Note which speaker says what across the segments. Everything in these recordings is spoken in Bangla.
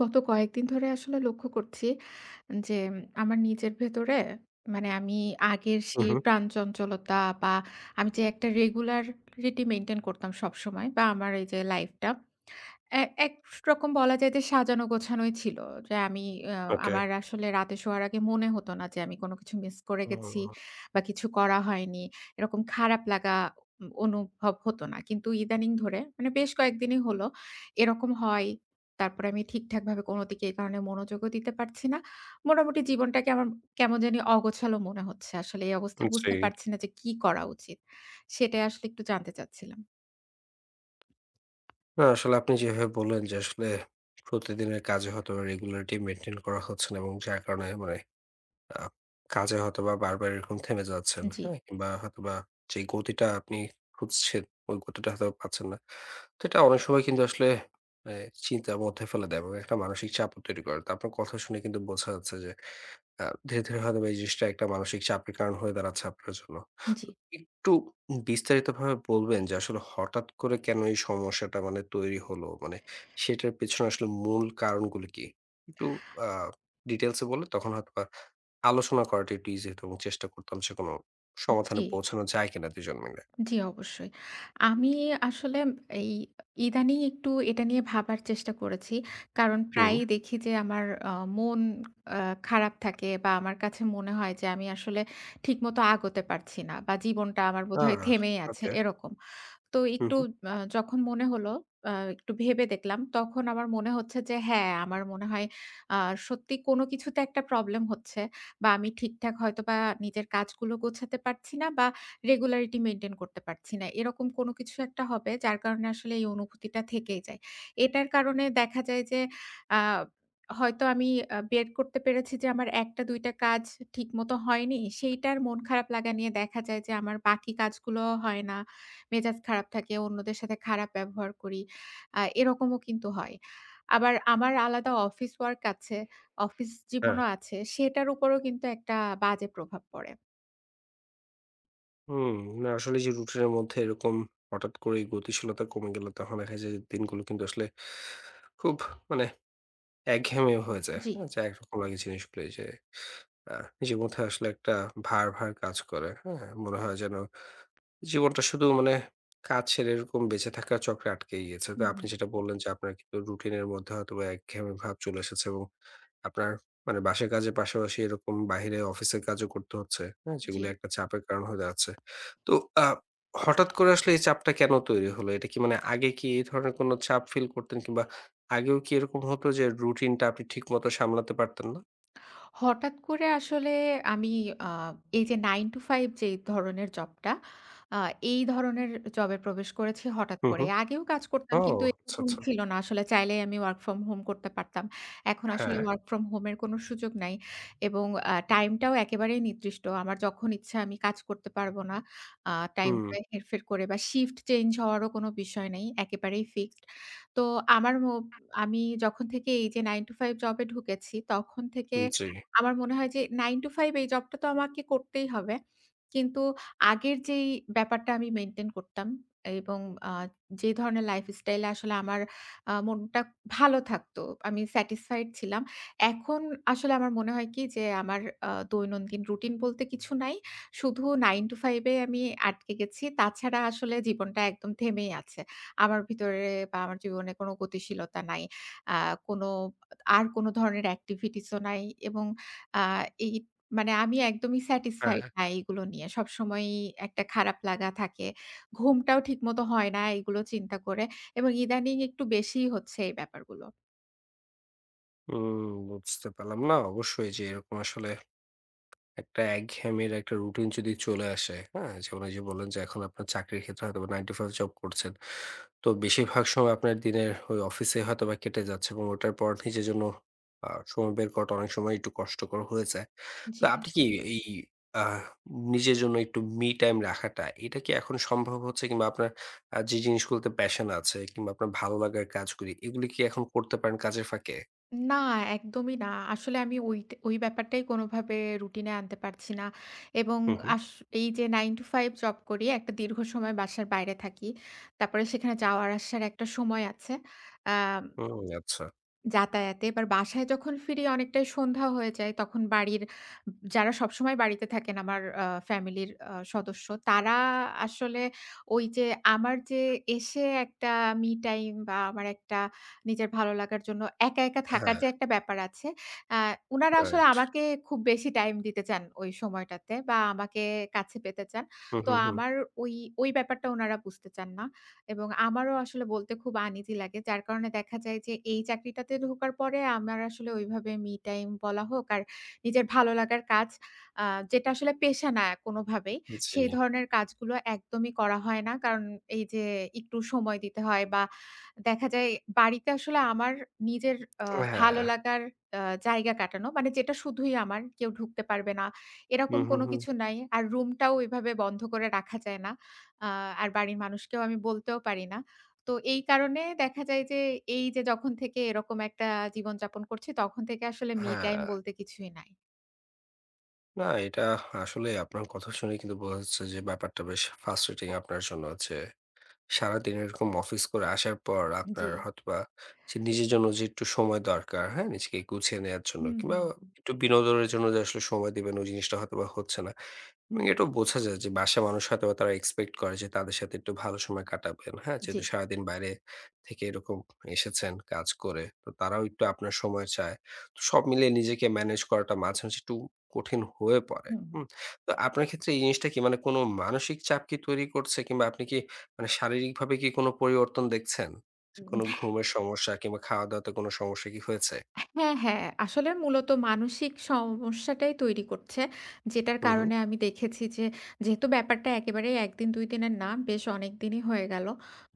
Speaker 1: গত কয়েকদিন ধরে আসলে লক্ষ্য করছি যে আমার নিজের ভেতরে মানে আমি আগের
Speaker 2: হুম,
Speaker 1: সেই
Speaker 2: হুম।
Speaker 1: প্রাণচঞ্চলতা বা আমি যে একটা রেগুলারিটি মেনটেন করতাম সব সময় বা আমার এই যে লাইফটা এ একরকম বলা যায় যে সাজানো গোছানোই ছিল। যে আমি আ
Speaker 2: ওকে।
Speaker 1: আমার আসলে রাতে শোয়ার আগে মনে হতো না যে আমি কোনো কিছু মিস করে গেছি
Speaker 2: হুম,
Speaker 1: বা কিছু করা হয়নি। এরকম খারাপ লাগা অনুভব হতো না। কিন্তু ইদানিং ধরে মানে বেশ কয়েকদিনই হলো এরকম হয়। তারপরে আমি ঠিকঠাকভাবে কোনো দিকে এই কারণে মনোযোগও দিতে পারছি না। মোটামুটি জীবনটাকে আমার কেমন জানি অগোছালো মনে হচ্ছে। আসলে এই অবস্থায়
Speaker 2: জি।
Speaker 1: বুঝতে পারছি না যে কি করা উচিত? সেটাই আসলে একটু জানতে চাচ্ছিলাম।
Speaker 2: না আসলে আপনি যেভাবে বললেন যে আসলে প্রতিদিনের কাজে হয়তো রেগুলারিটি মেইনটেইন করা হচ্ছে না এবং যার কারণে মানে আ কাজে হয়তোবা বারবার এরকম থেমে যাচ্ছেন,
Speaker 1: জি,
Speaker 2: হ্যাঁ? কিংবা হয়তোবা যে গতিটা আপনি খুঁজছেন ওই গতিটা হয়তো পাচ্ছেন না। তো এটা অনেক সময় কিন্তু আসলে মানে চিন্তার মধ্যে ফেলে দেয় এবং একটা মানসিক চাপও তৈরি করে। তো আপনার কথা শুনে কিন্তু বোঝা যাচ্ছে যে ধীরে, ধীরে হয়তোবা এই জিনিসটা একটা মানসিক চাপের কারণ হয়ে দাঁড়াচ্ছে আপনার জন্য।
Speaker 1: জি,
Speaker 2: তো একটু বিস্তারিতভাবে বলবেন যে আসলে হঠাৎ করে কেন এই সমস্যাটা মানে তৈরি হলো? মানে সেটার পেছনে আসলে মূল কারণগুলো কি? একটু আ ডিটেইলস এ বললে তখন হয়তোবা আলোচনা করাটা একটু ইজি হতো এবং চেষ্টা করতাম যে কোনো সমাধানে
Speaker 1: জি।
Speaker 2: পৌঁছানো যায় কিনা ২ জন মিলে।
Speaker 1: জি, অবশ্যই। আমি আসলে এই ইদানিং একটু এটা নিয়ে ভাবার চেষ্টা করেছি। কারণ
Speaker 2: হুম।
Speaker 1: প্রায়ই দেখি যে আমার মন আ খারাপ থাকে বা আমার কাছে মনে হয় যে আমি আসলে ঠিকমতো আগাতে পারছি না বা জীবনটা আমার
Speaker 2: আ
Speaker 1: বোধহয় থেমেই আছে
Speaker 2: ওকে।
Speaker 1: এরকম। তো
Speaker 2: হু,
Speaker 1: একটু
Speaker 2: হু।
Speaker 1: যখন মনে হলো, একটু ভেবে দেখলাম। তখন আমার মনে হচ্ছে যে হ্যাঁ, আমার মনে হয় আ সত্যি কোনো কিছুতে একটা প্রবলেম হচ্ছে বা আমি ঠিকঠাক হয়তোবা নিজের কাজগুলো গোছাতে পারছি না বা রেগুলারিটি মেইনটেইন করতে পারছি না। এরকম কোনো কিছু একটা হবে যার কারণে আসলে এই অনুভূতিটা থেকেই যায়। এটার কারণে দেখা যায় যে আ হয়তো আমি বের করতে পেরেছি যে আমার ১ টা ২ টা কাজ ঠিকমতো হয়নি। সেইটার মন খারাপ লাগা নিয়ে দেখা যায় যে আমার বাকি কাজগুলোও হয় না। মেজাজ খারাপ থাকে, অন্যদের সাথে খারাপ ব্যবহার করি। এরকমও কিন্তু হয়। আবার আমার আলাদা অফিস ওয়ার্ক আছে, অফিস
Speaker 2: হ্যাঁ।
Speaker 1: জীবনও আছে। সেটার উপরও কিন্তু একটা বাজে প্রভাব পড়ে।
Speaker 2: হুম, না আসলে যে রুটিনের মধ্যে এরকম হঠাৎ করে গতিশীলতা কমে গেলে তখন দেখা যায় যে দিনগুলো কিন্তু আসলে খুব মানে একঘেয়েমি হয়ে যায়।
Speaker 1: জি।
Speaker 2: হ্যাঁ? যে একরকম লাগে জিনিসগুলো এই যে আ নিজের মধ্যে আসলে একটা ভার, ভার কাজ করে। হ্যাঁ? মনে হয় যেন জীবনটা শুধু মানে কাজ ছেড়ে এরকম বেঁচে থাকার চক্রে আটকে গিয়েছে। তো
Speaker 1: হুম,
Speaker 2: আপনি
Speaker 1: হুম।
Speaker 2: যেটা বললেন যে আপনার কিন্তু রুটিনের মধ্যে হয়তোবা একঘেয়েমি ভাব চলে এসেছে এবং আপনার মানে বাসার কাজের পাশাপাশি এরকম বাহিরে অফিসের কাজও করতে হচ্ছে। হ্যাঁ?
Speaker 1: জি।
Speaker 2: যেগুলো একটা চাপের কারণ হয়ে দাঁড়াচ্ছে। তো আ হঠাৎ করে আসলে এই চাপটা কেন তৈরি হলো? এটা কি মানে আগে কি এই ধরনের কোনো চাপ ফিল করতেন কিংবা আগেও কি এরকম হতো যে রুটিনটা আপনি ঠিকমতো সামলাতে পারতেন না?
Speaker 1: হঠাৎ করে আসলে আমি আ এই যে 9 to 5 যে ধরনের জবটা, আ এই ধরনের জবে প্রবেশ করেছি হঠাৎ
Speaker 2: হুম,
Speaker 1: করে।
Speaker 2: হুম।
Speaker 1: আগেও কাজ
Speaker 2: ও
Speaker 1: করতাম কিন্তু
Speaker 2: আচ্ছা,
Speaker 1: এরকম
Speaker 2: আচ্ছা।
Speaker 1: ছিল না। আসলে চাইলেই আমি ওয়ার্ক ফ্রম হোম করতে পারতাম। এখন আসলে
Speaker 2: হ্যাঁ।
Speaker 1: ওয়ার্ক ফ্রম হোমের কোনো সুযোগ নাই এবং টাইমটাও একেবারেই নির্দিষ্ট। আমার যখন ইচ্ছা আমি কাজ করতে পারবো না। আ
Speaker 2: হুম,
Speaker 1: টাইমটা হেরফের করে বা শিফট চেঞ্জ হওয়ারও কোনো বিষয় নেই। একেবারেই ফিক্সড। তো আমার মো আমি যখন থেকে এই যে 9 to 5 জবে ঢুকেছি তখন থেকে
Speaker 2: জি।
Speaker 1: আমার মনে হয় যে 9 to 5 এই জবটা তো আমাকে করতেই হবে। কিন্তু আগের যেই ব্যাপারটা আমি মেইনটেইন করতাম এবং আ যে ধরনের লাইফস্টাইল এ আসলে আমার মনটা ভালো থাকতো। আমি স্যাটিসফাইড ছিলাম। এখন আসলে আমার মনে হয় কি যে আমার দৈনন্দিন রুটিন বলতে কিছু নাই। শুধু 9 to 5 এ আমি আটকে গেছি। তাছাড়া আসলে জীবনটা একদম থেমেই আছে। আমার ভিতরে বা আমার জীবনে কোনো গতিশীলতা নাই। আ কোনো আর কোনো ধরনের এক্টিভিটিস ও নাই এবং আ এই মানে আমি একদমই
Speaker 2: হ্যাঁ।
Speaker 1: স্যাটিসফাইড না এইগুলো নিয়ে। সবসময়ই একটা খারাপ লাগা থাকে। ঘুমটাও ঠিকমতো হয় না এগুলো চিন্তা করে এবং ইদানিং একটু বেশিই হচ্ছে এই ব্যাপারগুলো।
Speaker 2: হুম, বুঝতে পারলাম। না, অবশ্যই যে এরকম আসলে একটা একঘেয়েমির একটা রুটিন যদি চলে আসে, হ্যাঁ? যেমন এই যে বললেন যে এখন আপনার চাকরির ক্ষেত্রে হয়তোবা 9 to 5 জব করছেন। তো বেশিরভাগ সময় আপনার দিনের ওই অফিসে হয়তোবা কেটে যাচ্ছে এবং ওটার পর নিজের জন্য সময় বের করাটা অনেক সময় একটু কষ্টকর হয়ে যায়। তো
Speaker 1: জি।
Speaker 2: আপনি কি এই আহ নিজের জন্য একটু মি টাইম রাখাটা, এটা কি এখন সম্ভব হচ্ছে? কিংবা আপনার যে জিনিসগুলোতে প্যাশন আছে কিংবা আপনার ভালো লাগার কাজগুলি, এগুলি কি এখন করতে পারেন কাজের ফাঁকে?
Speaker 1: না, একদমই না। আসলে আমি ওই ব্যাপারটাই কোনোভাবে রুটিনে আনতে পারছি না এবং
Speaker 2: হু, হু।
Speaker 1: আস এই যে 9 to 5 জব করি, একটা দীর্ঘ সময় বাসার বাইরে থাকি। তারপরে সেখানে যাওয়ার আসার একটা সময় আছে। আ
Speaker 2: হুম, আচ্ছা।
Speaker 1: যাতায়াতে এবার বাসায় যখন ফিরি অনেকটাই সন্ধ্যা হয়ে যায়। তখন বাড়ির যারা সবসময় বাড়িতে থাকেন আমার ফ্যামিলির সদস্য তারা আসলে ওই যে আমার যে এসে একটা মি টাইম বা আমার একটা নিজের ভালো লাগার জন্য একা, একা থাকার
Speaker 2: হ্যাঁ,
Speaker 1: যে একটা ব্যাপার আছে, আ উনারা আসলে
Speaker 2: রাইট।
Speaker 1: আমাকে খুব বেশি টাইম দিতে চান ওই সময়টাতে বা আমাকে কাছে পেতে চান।
Speaker 2: হু,
Speaker 1: তো
Speaker 2: হু, হু।
Speaker 1: আমার ওই, ওই ব্যাপারটা উনারা বুঝতে চান না। এবং আমারও আসলে বলতে খুব আনইজি লাগে। যার কারণে দেখা যায় যে এই চাকরিটাতে ঢোকার পরে আমার আসলে ওইভাবে মি টাইম বলা হোক আর নিজের ভালো লাগার কাজ আ যেটা আসলে পেশা না কোনোভাবেই,
Speaker 2: জি।
Speaker 1: সেই ধরনের কাজগুলো একদমই করা হয় না। কারণ এই যে একটু সময় দিতে হয় বা দেখা যায় বাড়িতে আসলে আমার নিজের আ
Speaker 2: হ্যাঁ।
Speaker 1: ভালো লাগার আ জায়গা কাটানো মানে যেটা শুধুই আমার, কেউ ঢুকতে পারবে না,
Speaker 2: হু,
Speaker 1: এরকম
Speaker 2: হু,
Speaker 1: কোনো
Speaker 2: হু।
Speaker 1: কিছু নাই। আর রুমটাও ওইভাবে বন্ধ করে রাখা যায় না। আ আর বাড়ির মানুষকেও আমি বলতেও পারি না। তো এই কারণে দেখা যায় যে, এই যে যখন থেকে এরকম একটা জীবনযাপন করছি, তখন থেকে আসলে me time
Speaker 2: হ্যাঁ।
Speaker 1: বলতে কিছুই নাই।
Speaker 2: না এটা আসলে আপনার কথা শুনে কিন্তু বোঝা যাচ্ছে যে ব্যাপারটা বেশ ফ্রাস্ট্রেটিং আপনার জন্য যে সারাদিন এরকম অফিস করে আসার পর আপনার
Speaker 1: জি।
Speaker 2: হয়তোবা যে নিজের জন্য যে একটু সময় দরকার, হ্যাঁ? নিজেকে গুছিয়ে নেয়ার জন্য
Speaker 1: হুম,
Speaker 2: কিংবা
Speaker 1: হুম, হুম।
Speaker 2: একটু বিনোদনের জন্য যে আসলে সময় দিবেন ওই জিনিসটা হয়তোবা হচ্ছে না। এবং এটাও বোঝা যায় যে বাসায় মানুষ হয়তোবা তারা এক্সপেক্ট করে যে তাদের সাথে একটু ভালো সময় কাটাবেন। হ্যাঁ?
Speaker 1: জি।
Speaker 2: যেহেতু সারাদিন বাইরে থেকে এরকম এসেছেন কাজ করে। তো তারাও একটু আপনার সময় চায়। তো সব মিলিয়ে নিজেকে ম্যানেজ করাটা মাঝে, মাঝে একটু কঠিন হয়ে পড়ে।
Speaker 1: হুম,
Speaker 2: হুম? তো আপনার ক্ষেত্রে এই জিনিসটা কি মানে কোনো মানসিক চাপ কি তৈরি করছে কিংবা আপনি কি মানে শারীরিকভাবে কি কোনো পরিবর্তন দেখছেন? কোনো
Speaker 1: হুম।
Speaker 2: ঘুমের সমস্যা কিংবা খাওয়া-দাওয়াতে কোনো সমস্যা কি হয়েছে?
Speaker 1: হ্যাঁ, হ্যাঁ। আসলে মূলত মানসিক সমস্যাটাই তৈরি করছে। যেটার
Speaker 2: হুম, হুম।
Speaker 1: কারণে আমি দেখেছি যে, যেহেতু ব্যাপারটা একেবারেই ১ দিন ২ দিনের না, বেশ অনেকদিনই হয়ে গেল।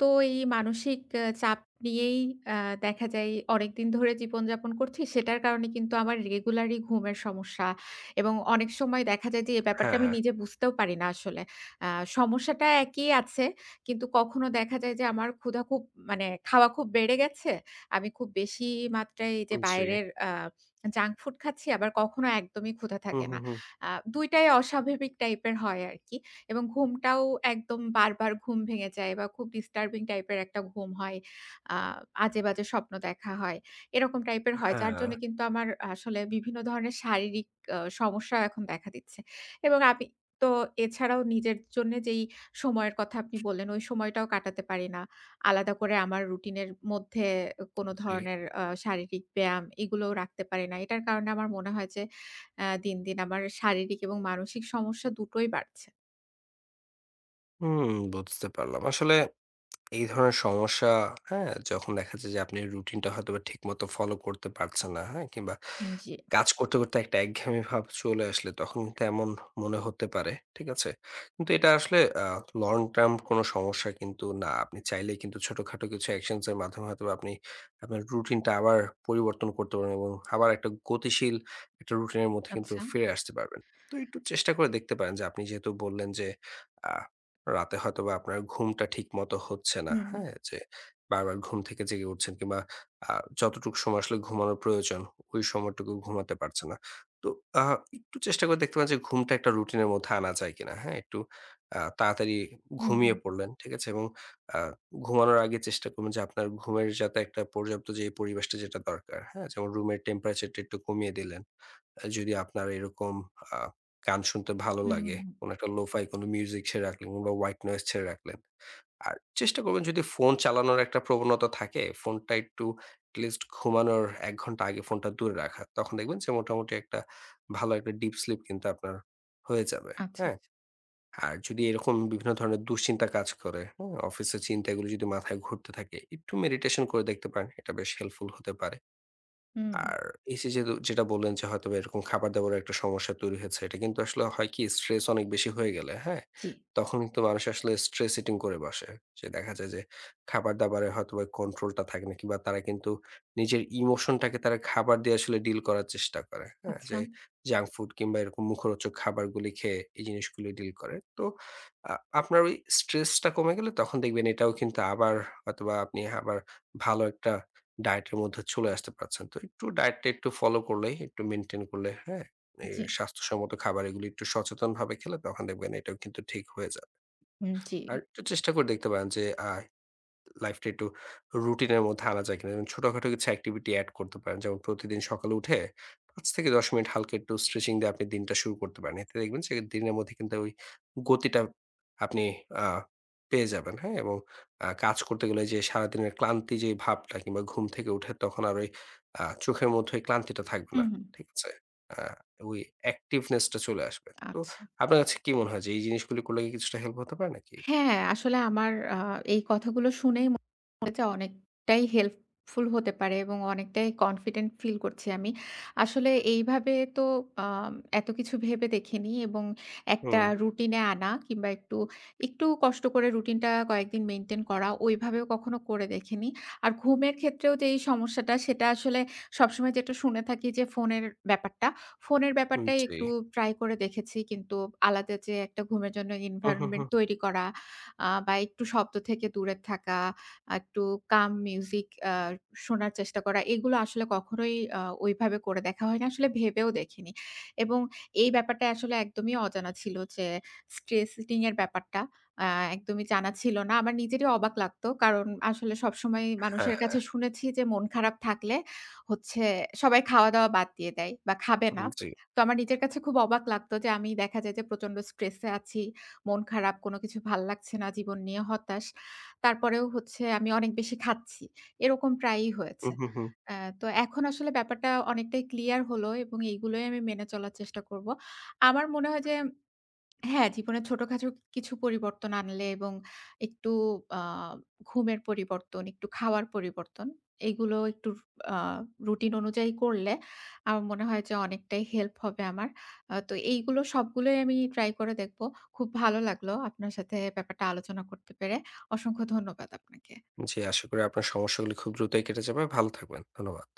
Speaker 1: তো এই মানসিক চাপ নিয়েই আ দেখা যায় অনেকদিন ধরে জীবনযাপন করছি। সেটার কারণে কিন্তু আমার রেগুলারই ঘুমের সমস্যা এবং অনেক সময় দেখা যায় যে, এই ব্যাপারটা আমি
Speaker 2: হ্যাঁ,
Speaker 1: নিজে বুঝতেও পারি না আসলে। আ সমস্যাটা একই আছে। কিন্তু কখনো দেখা যায় যে, আমার ক্ষুধা খুব মানে খাওয়া খুব বেড়ে গেছে। আমি খুব বেশি মাত্রায় এই যে
Speaker 2: জি।
Speaker 1: বাইরের জাঙ্ক ফুড খাচ্ছি, আবার কখনো একদমই ক্ষুধা
Speaker 2: হুম,
Speaker 1: থাকে
Speaker 2: হুম,
Speaker 1: না।
Speaker 2: হুম।
Speaker 1: আ ২ টাই অস্বাভাবিক টাইপের হয় আরকি। এবং ঘুমটাও একদম বারবার ঘুম ভেঙে যায় বা খুব ডিস্টার্বিং টাইপের একটা ঘুম হয়। আ আজে-বাজে স্বপ্ন দেখা হয়। এরকম টাইপের হয়। যার
Speaker 2: হ্যাঁ,
Speaker 1: জন্য কিন্তু আমার আসলে বিভিন্ন ধরনের শারীরিক সমস্যাও এখন দেখা দিচ্ছে। এবং আমি তো এছাড়াও নিজের জন্যে যেই সময়ের কথা আপনি বললেন, ওই সময়টাও কাটাতে পারি না। আলাদা করে আমার রুটিনের মধ্যে কোনো
Speaker 2: জি।
Speaker 1: ধরনের শারীরিক ব্যায়াম এগুলোও রাখতে পারি না। এটার কারণে আমার মনে হয় যে দিন, দিন আমার শারীরিক এবং মানসিক সমস্যা দুটোই বাড়ছে।
Speaker 2: হুম, বুঝতে পারলাম। আসলে এই ধরনের সমস্যা, হ্যাঁ? যখন দেখা যায় যে আপনি রুটিনটা হয়তোবা ঠিকমতো ফলো করতে পারছেন না, হ্যাঁ? কিংবা
Speaker 1: জি।
Speaker 2: কাজ করতে, করতে একটা একঘেয়েমি ভাব চলে আসলে তখন কিন্তু এমন মনে হতে পারে। ঠিক আছে? কিন্তু এটা আসলে লং টার্ম কোনো সমস্যা কিন্তু না। আপনি চাইলেই কিন্তু ছোটখাটো কিছু অ্যাকশনস এর মাধ্যমে হয়তোবা আপনি আপনার রুটিনটা আবার পরিবর্তন করতে পারবেন এবং আবার একটা গতিশীল একটা রুটিনের মধ্যে কিন্তু
Speaker 1: আচ্ছা।
Speaker 2: ফিরে আসতে পারবেন। তো একটু চেষ্টা করে দেখতে পারেন যে আপনি যেহেতু বললেন যে আ রাতে হয়তোবা আপনার ঘুমটা ঠিকমতো হচ্ছে না,
Speaker 1: হুম,
Speaker 2: হ্যাঁ? যে বারবার ঘুম থেকে জেগে উঠছেন কিংবা আ যতটুকু সময় আসলে ঘুমানোর প্রয়োজন, ওই সময়টুকু ঘুমাতে পারছেন না। তো আ একটু চেষ্টা করে দেখতে পারেন যে ঘুমটা একটা রুটিনের মধ্যে আনা যায় কিনা, হ্যাঁ? একটু তাড়াতাড়ি
Speaker 1: হুম,
Speaker 2: ঘুমিয়ে
Speaker 1: হুম, হুম।
Speaker 2: পড়লেন, ঠিক আছে? এবং আ ঘুমানোর আগে চেষ্টা করবেন যে আপনার ঘুমের যাতে একটা পর্যাপ্ত যে পরিবেশটা যেটা দরকার, হ্যাঁ? যেমন রুমের টেম্পারেচারটা একটু কমিয়ে দিলেন। যদি আপনার এরকম আ গান শুনতে ভালো
Speaker 1: হুম, হুম,
Speaker 2: লাগে,
Speaker 1: হুম।
Speaker 2: কোনো একটা লোফাই কোনো মিউজিক ছেড়ে রাখলেন কিংবা হোয়াইট নয়েজ ছেড়ে রাখলেন। আর চেষ্টা করবেন যদি ফোন চালানোর একটা প্রবণতা থাকে, ফোনটা একটু এটলিস্ট ঘুমানোর ১ ঘন্টা আগে ফোনটা দূরে রাখা। তখন দেখবেন যে মোটামুটি একটা ভালো একটা ডিপ স্লিপ কিন্তু আপনার হয়ে যাবে।
Speaker 1: আচ্ছা,
Speaker 2: হ্যাঁ?
Speaker 1: আচ্ছা।
Speaker 2: আর যদি এরকম বিভিন্ন ধরনের দুশ্চিন্তা কাজ করে, হ্যাঁ? অফিসের চিন্তাগুলো যদি মাথায় ঘুরতে থাকে, একটু মেডিটেশন করে দেখতে পারেন। এটা বেশ হেল্পফুল হতে পারে।
Speaker 1: হুম,
Speaker 2: আর এই যে যে যেটা বললেন যে হয়তোবা এরকম খাবার-দাবারের একটা সমস্যা তৈরি হয়েছে। এটা কিন্তু আসলে হয় কি স্ট্রেস অনেক বেশি হয়ে গেলে, হ্যাঁ?
Speaker 1: জি।
Speaker 2: তখন কিন্তু মানুষ আসলে স্ট্রেস ইটিং করে বসে। যে দেখা যায় যে খাবার-দাবারে হয়তোবা কন্ট্রোলটা থাকে না কিংবা তারা কিন্তু নিজের ইমোশনটাকে তারা খাবার দিয়ে আসলে ডিল করার চেষ্টা করে, হ্যাঁ?
Speaker 1: আচ্ছা,
Speaker 2: যে জাঙ্ক ফুড কিংবা এরকম মুখরোচক খাবারগুলি খেয়ে এই জিনিসগুলি ডিল করে। তো আ আপনার ওই স্ট্রেসটা কমে গেলে তখন দেখবেন এটাও কিন্তু আবার হয়তোবা আপনি আবার ভালো একটা ডায়েটের মধ্যে চলে আসতে পারছেন। তো একটু ডায়েটটা একটু ফলো করলেই, একটু মেইনটেইন করলে, হ্যাঁ? এই
Speaker 1: জি।
Speaker 2: স্বাস্থ্যসম্মত খাবার এগুলো একটু সচেতনভাবে খেলে তখন দেখবেন এটাও কিন্তু ঠিক হয়ে যাবে।
Speaker 1: হুম, জি।
Speaker 2: আর একটু চেষ্টা করে দেখতে পারেন যে লাইফটা একটু রুটিনের মধ্যে আনা যায় কিনা? যেমন ছোটখাটো কিছু অ্যাক্টিভিটি এড করতে পারেন। যেমন প্রতিদিন সকালে উঠে ৫ থেকে ১০ মিনিট হালকা একটু স্ট্রেচিং দিয়ে আপনি দিনটা শুরু করতে পারেন। এতে দেখবেন যে দিনের মধ্যে কিন্তু ওই গতিটা আপনি আ পেয়ে যাবেন, হ্যাঁ? এবং কাজ করতে গেলে যে সারাদিনের ক্লান্তি যে ভাবটা কিংবা ঘুম থেকে উঠে তখন আর ওই চোখের মধ্যে ওই ক্লান্তিটা থাকবে না।
Speaker 1: হুম, হুম।
Speaker 2: ঠিক আছে? আ ওই অ্যাক্টিভনেস টা চলে আসবে। তো
Speaker 1: আচ্ছা।
Speaker 2: আপনার কাছে কি মনে হয় যে এই জিনিসগুলি করলে কি কিছুটা হেল্প হতে পারে নাকি?
Speaker 1: হ্যাঁ, আসলে আমার এই কথাগুলো শুনেই মনে হচ্ছে অনেকটাই হেল্পফুল হতে পারে এবং অনেকটাই কনফিডেন্ট ফিল করছি আমি। আসলে এইভাবে তো আম এত কিছু ভেবে দেখিনি এবং একটা
Speaker 2: হুম,
Speaker 1: রুটিনে আনা কিংবা একটু কষ্ট করে রুটিনটা কয়েকদিন মেইনটেইন করা ওইভাবেও কখনো করে দেখিনি। আর ঘুমের ক্ষেত্রেও যে এই সমস্যাটা সেটা আসলে সবসময় যেটা শুনে থাকি যে ব্যাপারটা ফোনের
Speaker 2: হুম,
Speaker 1: ব্যাপারটাই
Speaker 2: জি।
Speaker 1: একটু ট্রাই করে দেখেছি। কিন্তু আলাদা যে একটা ঘুমের জন্য
Speaker 2: হু, হু, হু।
Speaker 1: environment তৈরি করা বা একটু শব্দ থেকে দূরে থাকা, একটু calm music শোনার চেষ্টা করা, এগুলো আসলে কখনোই ওইভাবে করে দেখা হয়নি। আসলে ভেবেও দেখিনি। এবং এই ব্যাপারটা আসলে একদমই অজানা ছিল যে স্ট্রেস ইটিং এর ব্যাপারটা আ একদমই জানা ছিল না। আমার নিজেরই অবাক লাগতো। কারণ আসলে সবসময় মানুষের
Speaker 2: হ্যাঁ।
Speaker 1: কাছে শুনেছি যে মন খারাপ থাকলে হচ্ছে সবাই খাওয়া-দাওয়া বাদ দিয়ে দেয় বা খাবে না।
Speaker 2: জি।
Speaker 1: তো আমার নিজের কাছে খুব অবাক লাগতো যে আমি দেখা যায় যে প্রচন্ড স্ট্রেস এ আছি। মন খারাপ, কোনো কিছু ভাল লাগছে না, জীবন নিয়ে হতাশ। তারপরেও হচ্ছে আমি অনেক বেশি খাচ্ছি। এরকম প্রায়ই
Speaker 2: হু,
Speaker 1: হয়েছে।
Speaker 2: হু, হু।
Speaker 1: তো এখন আসলে ব্যাপারটা অনেকটাই ক্লিয়ার হলো এবং এইগুলোই আমি মেনে চলার চেষ্টা করব। আমার মনে হয় যে হ্যাঁ, জীবনে ছোটখাটো কিছু পরিবর্তন আনলে এবং একটু আ ঘুমের পরিবর্তন, একটু খাওয়ার পরিবর্তন, এগুলো একটু আ রুটিন অনুযায়ী করলে আমার মনে হয় যে অনেকটাই হেল্প হবে আমার। তো এইগুলো সবগুলোই আমি ট্রাই করে দেখব। খুব ভালো লাগলো আপনার সাথে ব্যাপারটা আলোচনা করতে পেরে। অসংখ্য ধন্যবাদ আপনাকে।
Speaker 2: জি, আশা করি আপনার সমস্যাগুলি খুব দ্রুতই কেটে যাবে। ভালো থাকবেন। ধন্যবাদ।